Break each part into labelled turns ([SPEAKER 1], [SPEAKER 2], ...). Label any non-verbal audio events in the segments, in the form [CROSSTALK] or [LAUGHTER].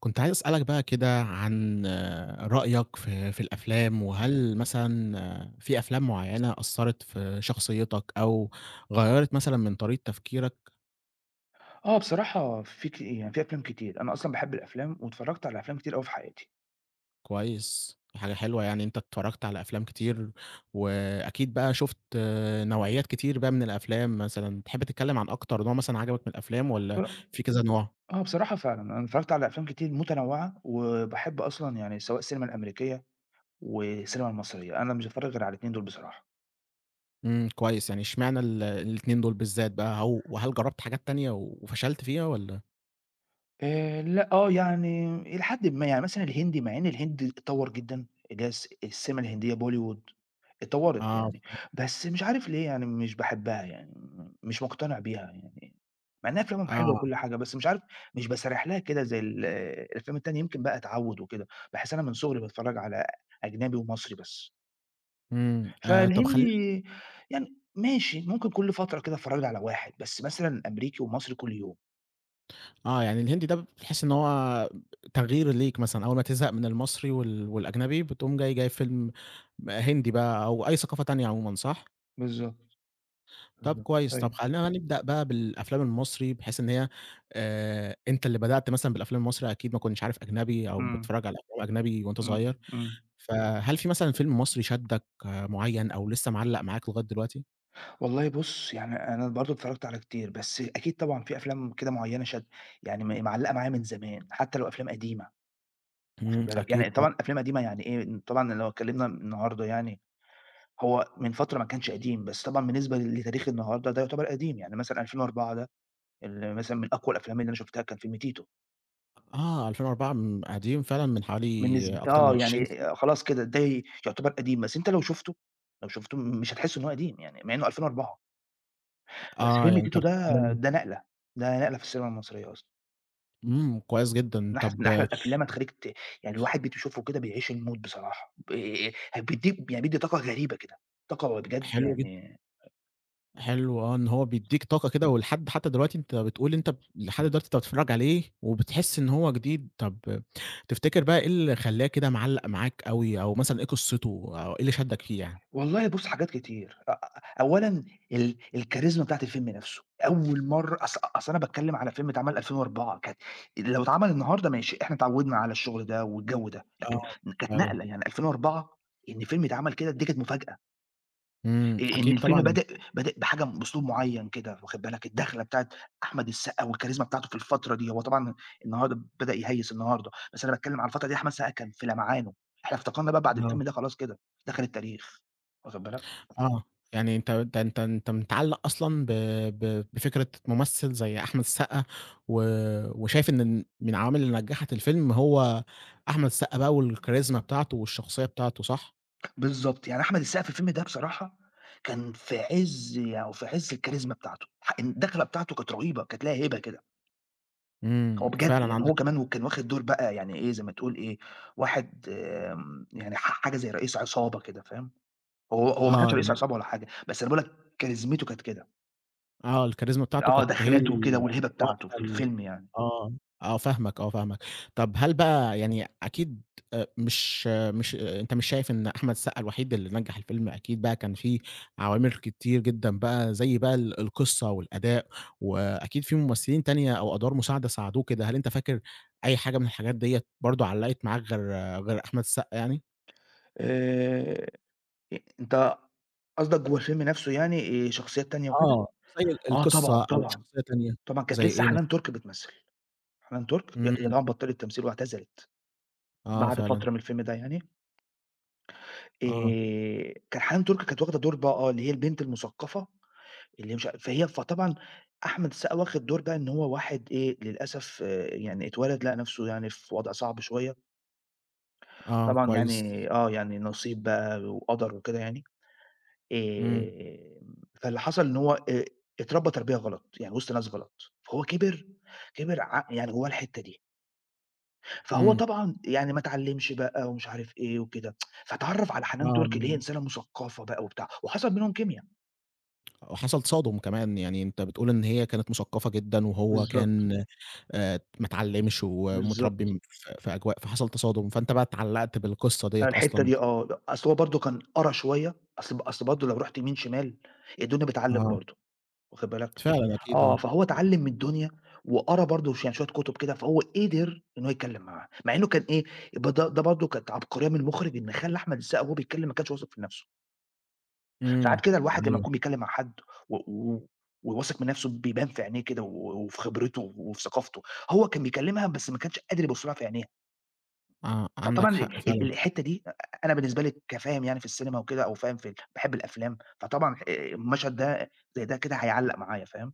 [SPEAKER 1] كنت عايز أسألك بقى كده عن رأيك في الأفلام، وهل مثلًا في أفلام معيّنة أثّرت في شخصيتك أو غيّرت مثلًا من طريقة تفكيرك؟
[SPEAKER 2] بصراحة في ك يعني في أفلام كتير، أنا أصلًا باحب الأفلام واتفرّجت على أفلام كتير أوي في حياتي.
[SPEAKER 1] كويس، دي حاجة حلوة يعني أنت اتفرّجت على أفلام كتير، وأكيد بقى شُفت نوعيات كتير بقى من الأفلام مثلًا، تحب تتكلم عن أكتر نوع مثلًا عجبك من الأفلام والّا
[SPEAKER 2] بصر
[SPEAKER 1] في كذا نوع؟
[SPEAKER 2] بصراحة فعلًا، أنا اتفرّجت على أفلام كتير متنوّعة، وباحب أصلًا يعني سواء السينما الأمريكية والسينما المصرية، أنا مش باتفرّج غير على الاتنين دول بصراحة.
[SPEAKER 1] إمم، كويس يعني اشمعنى الاتنين دول بالذات بقى؟ هو وهل جرّبت حاجات تانية وفشلت فيها والّا؟
[SPEAKER 2] لأ، يعني إلى حدٍ ما، يعني مثلًا الهندي مع إن الهند اتطوّر جدًا، اللي هي السينما الهندية Bollywood اتطوّرت
[SPEAKER 1] آه،
[SPEAKER 2] يعني، بس مش عارف ليه يعني مش باحبها يعني، مش مقتنع بيها يعني، مع إنها أفلامهم حلوة
[SPEAKER 1] آه،
[SPEAKER 2] وكل حاجة، بس مش عارف مش باسارح لها كده زي الأفلام التانية، يمكن بقى تعوّد وكده، باحس أنا من صغري باتفرّج على أجنبي ومصري بس،
[SPEAKER 1] إمم، طَب خلّيني.
[SPEAKER 2] فالهندي يعني ماشي، ممكن كل فترة كده أتفرّج لي على واحد، بس مثلًا أمريكي ومصري كل يوم.
[SPEAKER 1] آه، يعني الهندي ده بتحس إن هو تغيير ليك مثلًا، أول ما تزهق من المصري والأجنبي بتقوم جايب فيلم هندي بقى أو أي ثقافة تانية عمومًا صح؟
[SPEAKER 2] بالضبط،
[SPEAKER 1] طب
[SPEAKER 2] بالضبط،
[SPEAKER 1] كويس، طب
[SPEAKER 2] أيوه،
[SPEAKER 1] خلّينا نبدأ بقى بالأفلام المصري بحيث إن هي، أنت اللي بدأت مثلًا بالأفلام المصري أكيد ما كنتش عارف أجنبي أو
[SPEAKER 2] إمم.
[SPEAKER 1] بتتفرج على أفلام أجنبي وأنت
[SPEAKER 2] إمم،
[SPEAKER 1] صغير،
[SPEAKER 2] إمم.
[SPEAKER 1] فهل في مثلًا فيلم مصري شدّك معيّن أو لسه معلّق معاك لغاية دلوقتي؟
[SPEAKER 2] والله بُص، يعني أنا برضه اتفرّجت على كتير، بس أكيد طبعًا في أفلام كده معيّنة يعني معلّقة معايا من زمان، حتى لو أفلام قديمة واخد
[SPEAKER 1] إمم،
[SPEAKER 2] بالك، يعني
[SPEAKER 1] أكيد طب.
[SPEAKER 2] طبعًا أفلام قديمة يعني إيه، طبعًا لو اتكلّمنا النهارده يعني هو من فترة ما كانش قديم، بس طبعًا بالنسبة لتاريخ النهارده ده يعتبر قديم، يعني مثلًا 2004 ده مثلًا من أقوى الأفلام اللي أنا شُفتها كان فيلم تيتو،
[SPEAKER 1] آه، 2004 م قديم فعلًا من حوالي
[SPEAKER 2] بالنسب
[SPEAKER 1] أكتر من
[SPEAKER 2] آه،
[SPEAKER 1] 20
[SPEAKER 2] يعني
[SPEAKER 1] سنة.
[SPEAKER 2] خلاص كده ده يعتبر قديم، بس أنت لو شُفته مش هتحس إن هو قديم يعني مع إنه 2004. بس
[SPEAKER 1] آه،
[SPEAKER 2] فيلم
[SPEAKER 1] يعني أنت
[SPEAKER 2] تيتو ده
[SPEAKER 1] بتتكلم.
[SPEAKER 2] ده نقلة، ده نقلة في السينما المصرية أصلًا،
[SPEAKER 1] إمم، كويس جدًا،
[SPEAKER 2] من
[SPEAKER 1] طب.
[SPEAKER 2] أحلى الأفلام هتخلّيك ت يعني الواحد بيشوفه كده بيعيش المود بصراحة، ب ه بيدّيك يعني بيدّي طاقة غريبة كده، طاقة بجد
[SPEAKER 1] حلو جدًا،
[SPEAKER 2] يعني.
[SPEAKER 1] حلو، إن هو بيدّيك طاقة كده ولحد حتى دلوقتي أنت بتقول أنت ب لحد دلوقتي أنت بتتفرّج عليه وبتحس إن هو جديد، طب تفتكر بقى إيه اللي خلّاه كده معلّق معاك أوي أو مثلًا إيه قصته أو إيه اللي شدّك فيه يعني؟
[SPEAKER 2] والله بُص حاجات كتير، أ أ أولًا الكاريزما بتاعة الفيلم نفسه، أول مرّة أصل أنا باتكلّم على فيلم اتعمل 2004 كانت لو اتعمل النهارده ماشي، إحنا اتعوّدنا على الشغل ده والجو ده، لكن
[SPEAKER 1] آه،
[SPEAKER 2] كانت
[SPEAKER 1] فعلًا.
[SPEAKER 2] نقلة يعني 2004 إن فيلم يتعمل كده دي كانت مفاجأة.
[SPEAKER 1] إمم،
[SPEAKER 2] إن
[SPEAKER 1] أكيد
[SPEAKER 2] الفيلم
[SPEAKER 1] طبعًا.
[SPEAKER 2] بادئ بحاجة بأسلوب معيّن كده واخد بالك، الدخلة بتاعة أحمد السقا والكاريزما بتاعته في الفترة دي، هو طبعًا النهارده بدأ يهيّس النهارده، بس أنا باتكلّم على الفترة دي أحمد السقا كان في لمعانه، إحنا افتقدنا بقى بعد
[SPEAKER 1] آه.
[SPEAKER 2] الفيلم ده خلاص كده، دخل التاريخ واخد بالك.
[SPEAKER 1] آه، يعني أنت ده أنت أنت متعلّق أصلًا، ب ب بفكرة ممثل زي أحمد السقا، و وشايف إن من العوامل اللي نجّحت الفيلم هو أحمد السقا بقى والكاريزما بتاعته والشخصية بتاعته، صح؟
[SPEAKER 2] بالضبط، يعني أحمد السقا في الفيلم ده بصراحة كان في عِز يعني في عِز الكاريزما بتاعته، الدخلة بتاعته كانت رهيبة، كانت ليها هيبة كده، هو
[SPEAKER 1] إمم،
[SPEAKER 2] بجد
[SPEAKER 1] فعلًا
[SPEAKER 2] يعني
[SPEAKER 1] عندك.
[SPEAKER 2] هو كمان وكان واخد دور بقى يعني إيه، زي ما تقول إيه، واحد يعني حاجة زي رئيس عصابة كده فاهم؟ هو ما كانش
[SPEAKER 1] آه،
[SPEAKER 2] رئيس
[SPEAKER 1] يعني.
[SPEAKER 2] عصابة ولا حاجة، بس أنا باقول لك كاريزمته كانت كده،
[SPEAKER 1] آه، الكاريزما بتاعته
[SPEAKER 2] آه
[SPEAKER 1] كانت هي
[SPEAKER 2] دخلته كده
[SPEAKER 1] ال.
[SPEAKER 2] والهيبة
[SPEAKER 1] واخدة
[SPEAKER 2] بتاعته في
[SPEAKER 1] ال.
[SPEAKER 2] الفيلم يعني.
[SPEAKER 1] آه. آه فاهمك، آه فاهمك. طب هل بقى يعني أكيد، مش آه، مش آه، أنت مش شايف إن أحمد السقا الوحيد اللي نجّح الفيلم، أكيد بقى كان في عوامل كتير جدًا بقى زي بقى القصة والأداء، وأكيد في ممثلين تانية أو أدوار مساعدة ساعدوه كده، هل أنت فاكر أي حاجة من الحاجات ديّة برضه علّقت معاك غير أحمد السقا يعني؟
[SPEAKER 2] آآ أ أنت قصدك جوّه الفيلم نفسه يعني شخصيات تانية وكده؟
[SPEAKER 1] آه، زي
[SPEAKER 2] آه
[SPEAKER 1] القصة
[SPEAKER 2] طبعًا،
[SPEAKER 1] أو
[SPEAKER 2] طبعًا،
[SPEAKER 1] شخصية تانية.
[SPEAKER 2] طبعًا كانت
[SPEAKER 1] زي
[SPEAKER 2] لسه
[SPEAKER 1] إيه
[SPEAKER 2] حنان
[SPEAKER 1] مثلًا؟
[SPEAKER 2] تُرك بتمثل، حنان تُرك هي
[SPEAKER 1] إمم.
[SPEAKER 2] هي طبعًا بطّلت تمثيل واعتزلت
[SPEAKER 1] آه
[SPEAKER 2] بعد
[SPEAKER 1] فعلًا.
[SPEAKER 2] فترة من الفيلم ده يعني،
[SPEAKER 1] آه.
[SPEAKER 2] كان حنان تُرك كانت واخدة دور بقى اللي هي البنت المثقفة اللي مش ع فهي فطبعًا أحمد السقا واخد دور بقى إن هو واحد إيه للأسف يعني اتولد لقى نفسه يعني في وضع صعب شوية
[SPEAKER 1] آه
[SPEAKER 2] طبعًا
[SPEAKER 1] كويس.
[SPEAKER 2] يعني يعني نصيب بقى وقدر وكده يعني،
[SPEAKER 1] إمم،
[SPEAKER 2] آمم، فاللي حصل إن هو اتربى تربية غلط، يعني وسط ناس غلط، فهو كبر كبر ع يعني جوّاه الحتّة دي، فهو
[SPEAKER 1] إمم،
[SPEAKER 2] طبعًا يعني ما اتعلّمش بقى ومش عارف إيه وكده، فاتعرّف على حنان
[SPEAKER 1] آه.
[SPEAKER 2] تُركي اللي هي إنسانة مثقّفة بقى وبتاع، وحصل بينهم كيميا.
[SPEAKER 1] وحصل تصادم كمان، يعني أنت بتقول إن هي كانت مثقّفة جدًا وهو
[SPEAKER 2] بالضبط،
[SPEAKER 1] كان، ما اتعلّمش
[SPEAKER 2] بالضبط،
[SPEAKER 1] ومتربّي في أجواء فحصل تصادم، فأنت بقى اتعلّقت بالقصة ديّة
[SPEAKER 2] الحتّة
[SPEAKER 1] أصلًا.
[SPEAKER 2] دي آه، أصل هو برضه كان قرا شوية، أصل برضه لو رُحت يمين شمال الدنيا بتعلّم
[SPEAKER 1] آه،
[SPEAKER 2] برضه. واخد بالك؟
[SPEAKER 1] فعلًا أكيد
[SPEAKER 2] آه،
[SPEAKER 1] آه.
[SPEAKER 2] فهو اتعلّم من الدنيا وقرا برضه يعني شوية كُتب كده، فهو قدر إن هو يتكلّم معاه، مع إنه كان إيه، يبقى ده برضه كانت عبقرية من المُخرِج إن خلّى أحمد السقا وهو بيتكلّم ما كانش واثق في نَفْسه، ساعات
[SPEAKER 1] إمم.
[SPEAKER 2] كده الواحد لمّا
[SPEAKER 1] أيوه،
[SPEAKER 2] يكون بيتكلّم مع حد و وواثق من نَفْسه بيبان في عينيه كده وفي خبرته وفي ثقافته، هو كان بيكلّمها بس ما كانش قادر يبُص لها في عينيها، فطبعًا
[SPEAKER 1] عندك حق
[SPEAKER 2] ال ال
[SPEAKER 1] فعلًا.
[SPEAKER 2] الحتّة دي أنا بالنسبة لي كفاهم يعني في السينما وكده أو فاهم باحب الأفلام، فطبعًا المشهد ده زي ده كده هيعلّق معايا، فاهم؟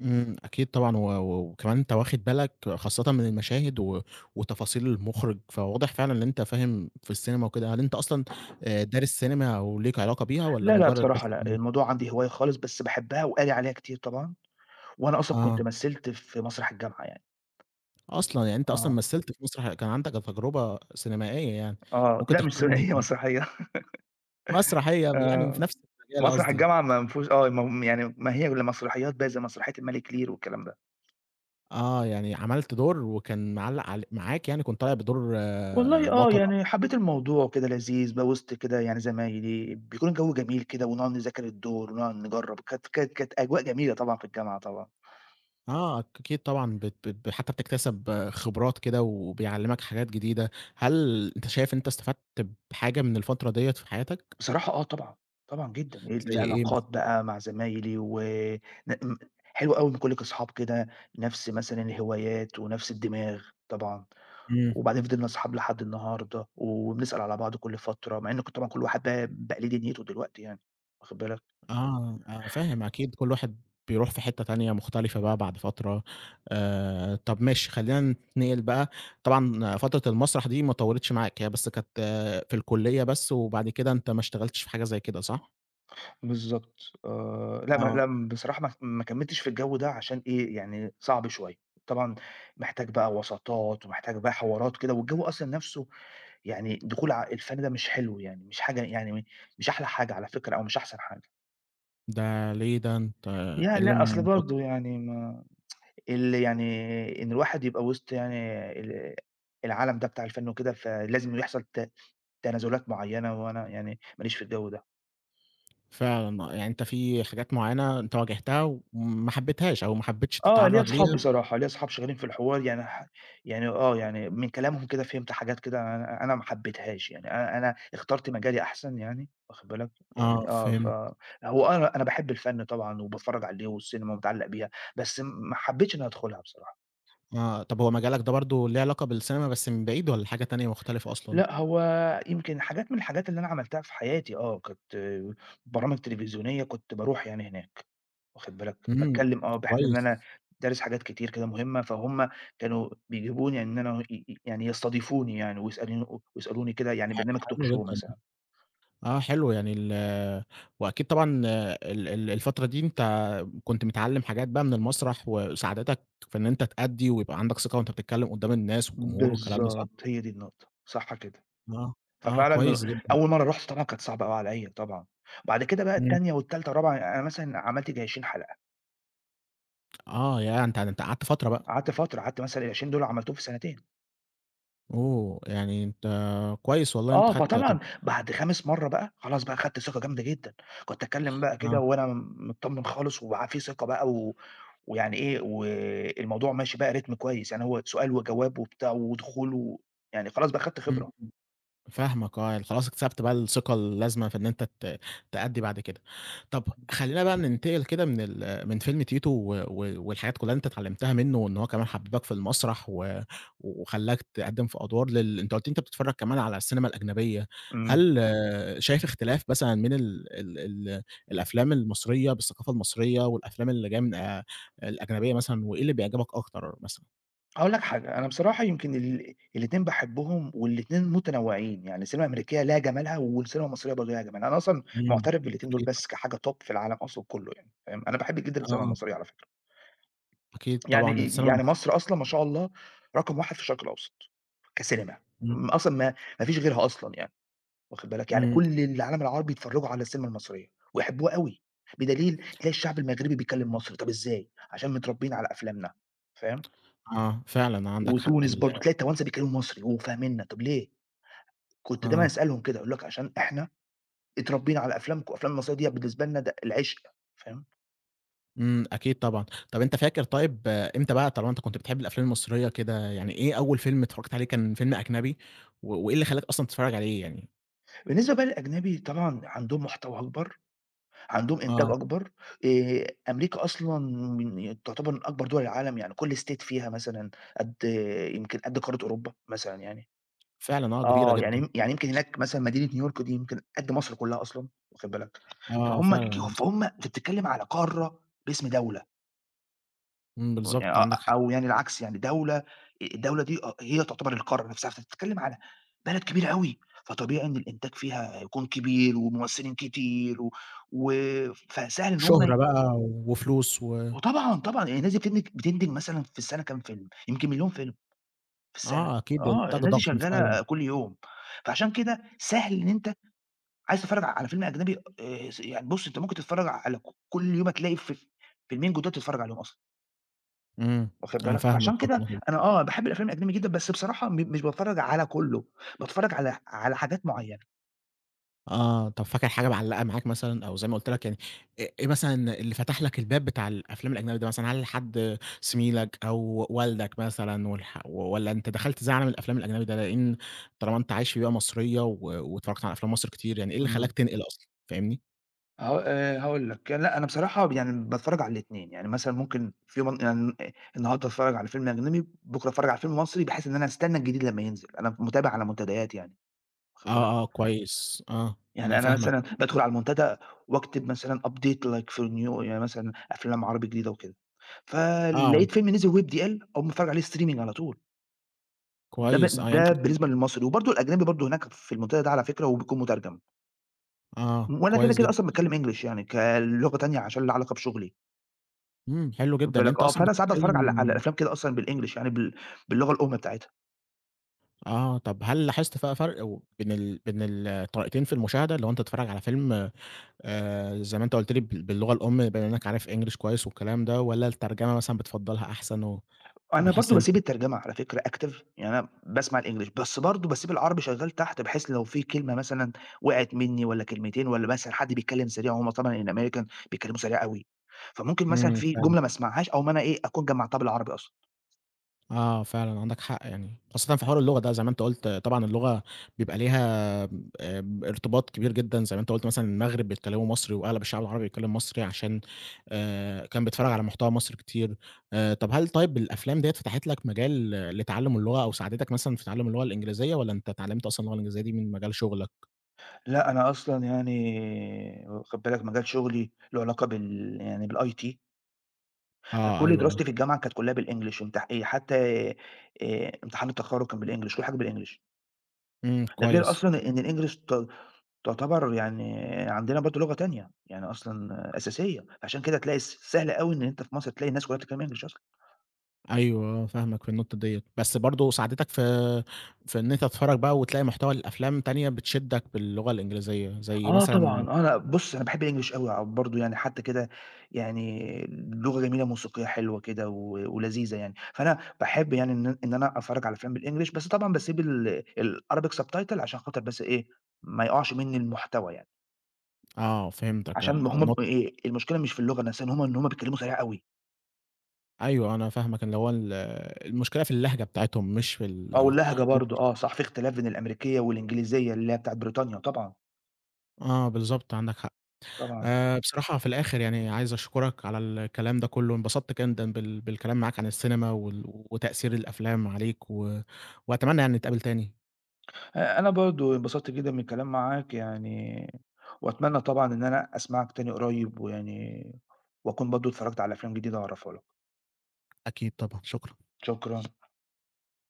[SPEAKER 1] إمم، أكيد طبعًا و و وكمان أنت واخد بالك خاصةً من المشاهد وتفاصيل المُخرِج، فواضح فعلًا إن أنت فاهم في السينما وكده. هل أنت أصلًا، دارس سينما أو ليك علاقة بيها والّا
[SPEAKER 2] لا، لأ،
[SPEAKER 1] مجرّد
[SPEAKER 2] بصراحة
[SPEAKER 1] بس.
[SPEAKER 2] لأ، الموضوع عندي هواية خالص، بس باحبها وقاري عليها كتير طبعًا، وأنا أصلًا كنت
[SPEAKER 1] آه.
[SPEAKER 2] مثّلت في مسرح الجامعة يعني،
[SPEAKER 1] أصلًا، يعني أنت أصلًا
[SPEAKER 2] آه،
[SPEAKER 1] مثّلت في مسرح كان عندك تجربة سينمائية يعني،
[SPEAKER 2] آه،
[SPEAKER 1] ممكن
[SPEAKER 2] لأ مش
[SPEAKER 1] تحكي لي
[SPEAKER 2] ثنائية [LAUGHS]
[SPEAKER 1] عنها؟
[SPEAKER 2] مسرحية
[SPEAKER 1] مسرحية يعني في
[SPEAKER 2] آه،
[SPEAKER 1] نفس المجال
[SPEAKER 2] مسرح
[SPEAKER 1] قصدي.
[SPEAKER 2] الجامعة ما فيهوش آه، م يعني ما هي إلا مسرحيات بقى زي مسرحية الملك لير والكلام ده.
[SPEAKER 1] آه، يعني عملت دور وكان معلّق معاك يعني كنت طالع بدور
[SPEAKER 2] والله آه،
[SPEAKER 1] بطل أو.
[SPEAKER 2] يعني حبيت الموضوع كده لذيذ بقى وسط كده يعني زمايلي، بيكون الجو جميل كده ونقعد نذاكر الدور ونقعد نجرّب، كانت أجواء جميلة طبعًا في الجامعة طبعًا.
[SPEAKER 1] أكيد طبعًا بت بت حتى بتكتسب خبرات كده وبيعلّمك حاجات جديدة، هل أنت شايف أنت استفدت بحاجة من الفترة ديّة في حياتك؟
[SPEAKER 2] بصراحة آه طبعًا، طبعًا جدًا،
[SPEAKER 1] زي إيه
[SPEAKER 2] العلاقات
[SPEAKER 1] مثلًا؟
[SPEAKER 2] بقى مع زمايلي و ن م حلو أوي إن كُلّك أصحاب كده نفس مثلًا الهوايات ونفس الدماغ طبعًا،
[SPEAKER 1] إمم.
[SPEAKER 2] وبعدين فضلنا أصحاب لحد النهارده وبنسأل على بعض كل فترة، مع إن طبعًا كل واحد بقى ليه دنيته دلوقتي يعني، واخد بالك؟
[SPEAKER 1] آه، آه، فاهم أكيد كل واحد بيروح في حتّة تانية مختلفة بقى بعد فترة، طَب ماشي خلّينا نتنقل بقى، طبعًا فترة المسرح دي ما طوّلتش معاك، هي بس كانت في الكلية بس وبعد كده أنت ما اشتغلتش في حاجة زي كده صح؟
[SPEAKER 2] بالضبط آه،
[SPEAKER 1] آه.
[SPEAKER 2] لأ بصراحة ما كمّلتش في الجو ده عشان إيه، يعني صعب شوية، طبعًا محتاج بقى وساطات ومحتاج بقى حوارات كده والجو أصلًا نفسه يعني دخول ع الفن ده مش حلو يعني، مش حاجة يعني مش أحلى حاجة على فكرة أو مش أحسن حاجة.
[SPEAKER 1] ده ليه ده أنت.
[SPEAKER 2] ياه!
[SPEAKER 1] إيه اللي
[SPEAKER 2] لأ، أصل
[SPEAKER 1] موط.
[SPEAKER 2] برضه يعني ما ال يعني إن الواحد يبقى وسط يعني ال العالم ده بتاع الفن وكده، فلازم يحصل تنازلات معيّنة، وأنا يعني ما ليش في الجو ده.
[SPEAKER 1] فعلًا يعني أنت في حاجات معيّنة أنت واجهتها وما حبيتهاش أو ما حبيتش
[SPEAKER 2] آه، ليّا
[SPEAKER 1] تتعرّض
[SPEAKER 2] أصحاب
[SPEAKER 1] ليها.
[SPEAKER 2] بصراحة، ليّا أصحاب شغالين في الحوار يعني ح يعني آه، يعني من كلامهم كده فهمت حاجات كده أنا ما حبيتهاش، يعني أنا اخترت مجالي أحسن يعني واخد بالك،
[SPEAKER 1] آه،
[SPEAKER 2] يعني آه،
[SPEAKER 1] فهمت.
[SPEAKER 2] فهو أنا باحب الفن طبعًا وباتفرّج عليه والسينما ومتعلّق بيها، بس ما حبيتش إنّي أدخلها بصراحة.
[SPEAKER 1] آه، طَب هو مجالك ده برضه ليه علاقة بالسينما بس من بعيد والّا حاجة تانية مختلفة أصلًا؟
[SPEAKER 2] لأ، هو يمكن حاجات من الحاجات اللي أنا عملتها في حياتي آه، كانت برامج تلفزيونية كنت باروح يعني هناك. واخد بالك،
[SPEAKER 1] إمم،
[SPEAKER 2] باتكلّم آه، بحيث إن أنا
[SPEAKER 1] كويس.
[SPEAKER 2] دارس حاجات كتير كده مهمة، فهُم كانوا بيجيبوني يعني إن أنا ي ي يعني يستضيفوني يعني ويسألوني كده يعني برنامج talk
[SPEAKER 1] حلو
[SPEAKER 2] show
[SPEAKER 1] جدًا،
[SPEAKER 2] مثلًا.
[SPEAKER 1] حلو يعني ال. وأكيد طبعًا ال ال الفترة دي أنت كنت متعلّم حاجات بقى من المسرح، وساعدتك في إن أنت تأدّي ويبقى عندك ثقة وأنت بتتكلم قدّام الناس والجمهور والكلام ده صح؟
[SPEAKER 2] بالضبط، هي دي النقطة، صح كده.
[SPEAKER 1] آه. آه
[SPEAKER 2] ففعلًا م
[SPEAKER 1] كويس جدًا.
[SPEAKER 2] أول مرّة رُحت طبعًا كانت صعبة أوي عليّا طبعًا، بعد كده بقى
[SPEAKER 1] إمم،
[SPEAKER 2] التانية والتالتة والرابعة أنا مثلًا عملت ييجي 20 حلقة،
[SPEAKER 1] آه، ياه! أنت قعدت فترة بقى.
[SPEAKER 2] قعدت فترة، قعدت مثلًا ال20 دول عملتهم في سنتين.
[SPEAKER 1] أوه! يعني أنت كويس والله إن أنت
[SPEAKER 2] آه،
[SPEAKER 1] خدت طب.
[SPEAKER 2] فطبعًا بعد خامس مرّة بقى، خلاص بقى خدت ثقة جامدة جدًا، كنت أتكلّم بقى كده
[SPEAKER 1] آه،
[SPEAKER 2] وأنا متطمّن خالص في ثقة بقى و ويعني إيه، والموضوع ماشي بقى رتم كويس، يعني هو سؤال وجواب وبتاع ودخول و يعني خلاص بقى خدت
[SPEAKER 1] إمم.
[SPEAKER 2] خبرة.
[SPEAKER 1] فاهمك آه، يعني خلاص اكتسبت بقى الثقة اللازمة في إن أنت تأدّي بعد كده. طب خلّينا بقى ننتقل كده من فيلم تيتو و و والحاجات كلّها اللي أنت اتعلّمتها منه، وإن هو كمان حبّبك في المسرح وخلّاك تقدّم في أدوار أنت قُلت لي أنت بتتفرّج كمان على السينما الأجنبية،
[SPEAKER 2] إمم.
[SPEAKER 1] هل شايف اختلاف مثلًا من ال ال ال الأفلام المصرية بالثقافة المصرية والأفلام اللي جاية من، الأجنبية مثلًا، وإيه اللي بيعجبك أكتر مثلًا؟
[SPEAKER 2] هاقول لك حاجة، أنا بصراحة يمكن الاتنين باحبّهم والاتنين متنوّعين، يعني السينما الأمريكية ليها جمالها والسينما المصرية برضه ليها جمالها، أنا أصلًا
[SPEAKER 1] إمم،
[SPEAKER 2] مُعترف بالاتنين دول
[SPEAKER 1] أكيد
[SPEAKER 2] بس
[SPEAKER 1] طبعًا.
[SPEAKER 2] كحاجة top في العالم أصلًا كُلّه يعني، فاهم، أنا باحب جدًا السينما
[SPEAKER 1] آه.
[SPEAKER 2] المصرية على فكرة.
[SPEAKER 1] أكيد
[SPEAKER 2] يعني
[SPEAKER 1] طبعًا
[SPEAKER 2] إيه،
[SPEAKER 1] السينما
[SPEAKER 2] يعني
[SPEAKER 1] المص.
[SPEAKER 2] مصر أصلًا ما شاء الله رقم 1 في الشرق الأوسط كسينما،
[SPEAKER 1] إمم،
[SPEAKER 2] م أصلًا ما ما فيش غيرها أصلًا يعني، واخد بالك، يعني
[SPEAKER 1] إمم.
[SPEAKER 2] كل العالم العربي يتفرّجوا على السينما المصرية ويحبوها أوي، بدليل تلاقي الشعب المغربي بيتكلّم مصري، طَب إزاي؟ عشان متربّيين على أفلامنا، فاهم،
[SPEAKER 1] آه، فعلًا عندك حق
[SPEAKER 2] وتونس
[SPEAKER 1] ال.
[SPEAKER 2] برضه تلاقي التوانسة بيتكلّموا مصري وفاهميننا، طَب ليه؟ كنت دايمًا
[SPEAKER 1] آه.
[SPEAKER 2] أسألهم كده أقول لك عشان إحنا اتربّينا على أفلامكم، الأفلام المصرية ديّة بالنسبة لنا ده العشق، فاهم،
[SPEAKER 1] إمم، أكيد طبعًا. طَب أنت فاكر طيب إمتى بقى طالما أنت كنت بتحب الأفلام المصرية كده، يعني إيه أول فيلم اتفرّجت عليه كان فيلم أجنبي، وإيه اللي خلّاك أصلًا تتفرّج عليه يعني؟
[SPEAKER 2] بالنسبة بقى للأجنبي طبعًا عندهم محتوى أكبر عندهم إنتاج
[SPEAKER 1] آه،
[SPEAKER 2] أكبر، أمريكا أصلًا تعتبر من أكبر دول العالم، يعني كل state فيها مثلًا قد يمكن قد قارة أوروبا مثلًا يعني،
[SPEAKER 1] فعلًا كبيرة
[SPEAKER 2] آه، يعني
[SPEAKER 1] جدًا.
[SPEAKER 2] يم يعني يمكن هناك مثلًا مدينة نيويورك دي يمكن قد مصر كلها أصلًا واخد بالك،
[SPEAKER 1] آه، فعلًا على مسا.
[SPEAKER 2] فهُم أنت بتتكلم على قارة باسم دولة،
[SPEAKER 1] إمم،
[SPEAKER 2] يعني
[SPEAKER 1] بالضبط
[SPEAKER 2] أ
[SPEAKER 1] عندك حق.
[SPEAKER 2] أو يعني العكس يعني دولة الدولة دي هي تعتبر القارة نفسها، فأنت بتتكلم على بلد كبيرة أوي، فطبيعي إن الإنتاج فيها هيكون كبير وممثلين كتير و و فسهل إن هُم
[SPEAKER 1] شهرة بقى وفلوس و.
[SPEAKER 2] وطبعًا، طبعًا، يعني الناس دي بتنتج مثلًا في السَنة كام فيلم، يمكن مليون فيلم في السَنة،
[SPEAKER 1] آه، أكيد
[SPEAKER 2] آه،
[SPEAKER 1] إنتاج
[SPEAKER 2] الناس دي
[SPEAKER 1] ضخم فعلًا.
[SPEAKER 2] شغّالة كل يوم، فعشان كده سهل إن أنت عايز تتفرّج على فيلم أجنبي س يعني بُص أنت ممكن تتفرّج على كل يوم هتلاقي في فيلمين جداد تتفرّج عليهم أصلًا،
[SPEAKER 1] إمم،
[SPEAKER 2] واخد
[SPEAKER 1] أنا
[SPEAKER 2] بالك،
[SPEAKER 1] فاهمك
[SPEAKER 2] فعشان
[SPEAKER 1] آه
[SPEAKER 2] كده
[SPEAKER 1] [UNINTELLIGIBLE]
[SPEAKER 2] أنا آه، باحب الأفلام الأجنبي جدًا، بس بصراحة مش باتفرّج على كُلّه، باتفرّج على حاجات معيّنة.
[SPEAKER 1] آه، طب فاكر حاجة معلّقة معاك مثلًا أو زي ما قُلت لك يعني إيه مثلًا اللي فتح لك الباب بتاع الأفلام الأجنبي ده مثلًا، هل حد زميلك أو والدك مثلًا والّا أنت دخلت زي عالم الأفلام الأجنبي ده؟ لإن طالما أنت عايش في بيئة مصرية واتفرّجت على أفلام مصر كتير، يعني إيه اللي
[SPEAKER 2] إمم.
[SPEAKER 1] خلّاك تنقل أصلًا، فاهمني؟
[SPEAKER 2] هاقول لك، لأ أنا بصراحة يعني باتفرّج على الاتنين، يعني مثلًا ممكن في يوم يعني النهارده أتفرّج على فيلم أجنبي، بُكرة أتفرّج على فيلم مصري، بحيث إن أنا أستنى الجديد لمّا ينزل، أنا متابع على منتديات يعني، واخد بالك،
[SPEAKER 1] آه، آه، كويس، آه،
[SPEAKER 2] يعني
[SPEAKER 1] أنا
[SPEAKER 2] أنا
[SPEAKER 1] فاهمك،
[SPEAKER 2] مثلًا بادخل على المنتدى واكتب مثلًا update like for new يعني مثلًا أفلام عربي جديدة وكده،
[SPEAKER 1] آه،
[SPEAKER 2] فلقيت فيلم نزل وبDL أقوم متفرّج عليه streaming على طول،
[SPEAKER 1] كويس، آه، يعني أنت
[SPEAKER 2] ده
[SPEAKER 1] بت.
[SPEAKER 2] بالنسبة للمصري، وبرضه الأجنبي برضه هناك في المنتدى ده على فكرة وبيكون مترجم،
[SPEAKER 1] آه،
[SPEAKER 2] وأنا كده،
[SPEAKER 1] كويس
[SPEAKER 2] كده
[SPEAKER 1] جدًا،
[SPEAKER 2] أصلًا باتكلم English يعني كلغة تانية عشان ليها علاقة بشغلي.
[SPEAKER 1] إمم، حلو
[SPEAKER 2] واخد
[SPEAKER 1] جدًا، يعني
[SPEAKER 2] بالك،
[SPEAKER 1] أنت
[SPEAKER 2] آه،
[SPEAKER 1] أصلًا
[SPEAKER 2] فأنا ساعات باتفرّج على
[SPEAKER 1] بتتكلم.
[SPEAKER 2] أفلام كده أصلًا بالEnglish يعني باللغة الأم بتاعتها.
[SPEAKER 1] آه، طب هل لاحظت بقى فرق و بين الطريقتين في المشاهدة، اللي هو أنت تتفرّج على فيلم، زي ما أنت قُلت لي باللغة الأم بما إنّك عارف English كويس والكلام ده، والّا الترجمة مثلًا بتفضّلها أحسن
[SPEAKER 2] أنا
[SPEAKER 1] وبتحس
[SPEAKER 2] برضه
[SPEAKER 1] إن
[SPEAKER 2] باسيب
[SPEAKER 1] أنت.
[SPEAKER 2] الترجمة على فكرة active يعني أنا باسمع الEnglish بس برضه باسيب العربي شغّال تحت، بحيث لو في كلمة مثلًا وقعت منّي والّا كلمتين والّا مثلًا حد بيتكلّم سريع وهُم طبعًا الAmerican بيتكلّموا سريع أوي، فممكن مثلًا
[SPEAKER 1] إمم،
[SPEAKER 2] في
[SPEAKER 1] فعلًا.
[SPEAKER 2] جملة ما اسمعهاش أو ما أنا إيه، أكون جمّعتها بالعربي أصلًا.
[SPEAKER 1] آه فعلًا عندك حق يعني، خاصةً في حوار اللغة ده زي ما أنت قُلت طبعًا اللغة بيبقى ليها، ارتباط كبير جدًا زي ما أنت قُلت مثلًا المغرب بيتكلموا مصري وأغلب الشعب العربي بيتكلم مصري عشان، كان بيتفرّج على محتوى مصري كتير، طب هل طيب الأفلام ديّة فتحت لك مجال لتعلم اللغة أو ساعدتك مثلًا في تعلم اللغة الإنجليزية والّا أنت اتعلمت أصلًا اللغة الإنجليزية دي من مجال شغلك؟
[SPEAKER 2] لأ، أنا أصلًا يعني واخد بالك مجال شغلي له علاقة يعني بالIT
[SPEAKER 1] آه،
[SPEAKER 2] فكل
[SPEAKER 1] أيوه، آه،
[SPEAKER 2] دراستي في الجامعة كانت كلّها بالEnglish وامت إيه حتى امتحان التخرُّج كان بالEnglish، كل حاجة بالEnglish،
[SPEAKER 1] إمم،
[SPEAKER 2] ده غير
[SPEAKER 1] كويس.
[SPEAKER 2] أصلًا إن الEnglish تعتبر يعني عندنا برضه لغة تانية، يعني أصلًا أساسية، عشان كده تلاقي سهل أوي إن أنت في مصر تلاقي الناس كلّها بتتكلّم English أصلًا.
[SPEAKER 1] أيوه آه، فاهمك في النقطة ديّة، بس برضه ساعدتك في إن أنت تتفرّج بقى وتلاقي محتوى لأفلام تانية بتشدّك باللغة الإنجليزية، زي
[SPEAKER 2] آه
[SPEAKER 1] مثلًا.
[SPEAKER 2] طبعًا، آه لأ بُص أنا باحب الEnglish أوي برضه يعني حتى كده يعني لغة جميلة موسيقية حلوة كده ولذيذة يعني، فأنا باحب يعني إن أنا أتفرّج على أفلام بالEnglish بس طبعًا باسيب الArabic subtitle عشان خاطر بس إيه، ما يقعش منّي المحتوى يعني.
[SPEAKER 1] آه فهمتك
[SPEAKER 2] عشان ما هم
[SPEAKER 1] نقطة.
[SPEAKER 2] المشكلة مش في اللغة نَفْسها إن هم بيتكلموا سريع أوي.
[SPEAKER 1] أيوه أنا فاهمك اللي هو ال. المشكلة في اللهجة بتاعتهم مش في
[SPEAKER 2] آه،
[SPEAKER 1] ال.
[SPEAKER 2] واللهجة برضه آه، صح في اختلاف بين الأمريكية والإنجليزية اللي هي بتاعة بريطانيا طبعًا،
[SPEAKER 1] آه بالضبط عندك حق.
[SPEAKER 2] طبعًا.
[SPEAKER 1] بصراحة في الآخر يعني عايز أشكرك على الكلام ده كلّه، انبسطت جدًا بالكلام معاك عن السينما وتأثير الأفلام عليك، وأتمنى يعني نتقابل تاني،
[SPEAKER 2] أنا برضه انبسطت جدًا من الكلام معاك يعني وأتمنى طبعًا إن أنا أسمعك تاني قريب ويعني وأكون برضه اتفرّجت على أفلام جديدة هاعرّفها لك.
[SPEAKER 1] أكيد طبعًا، شكرًا.
[SPEAKER 2] شكرًا.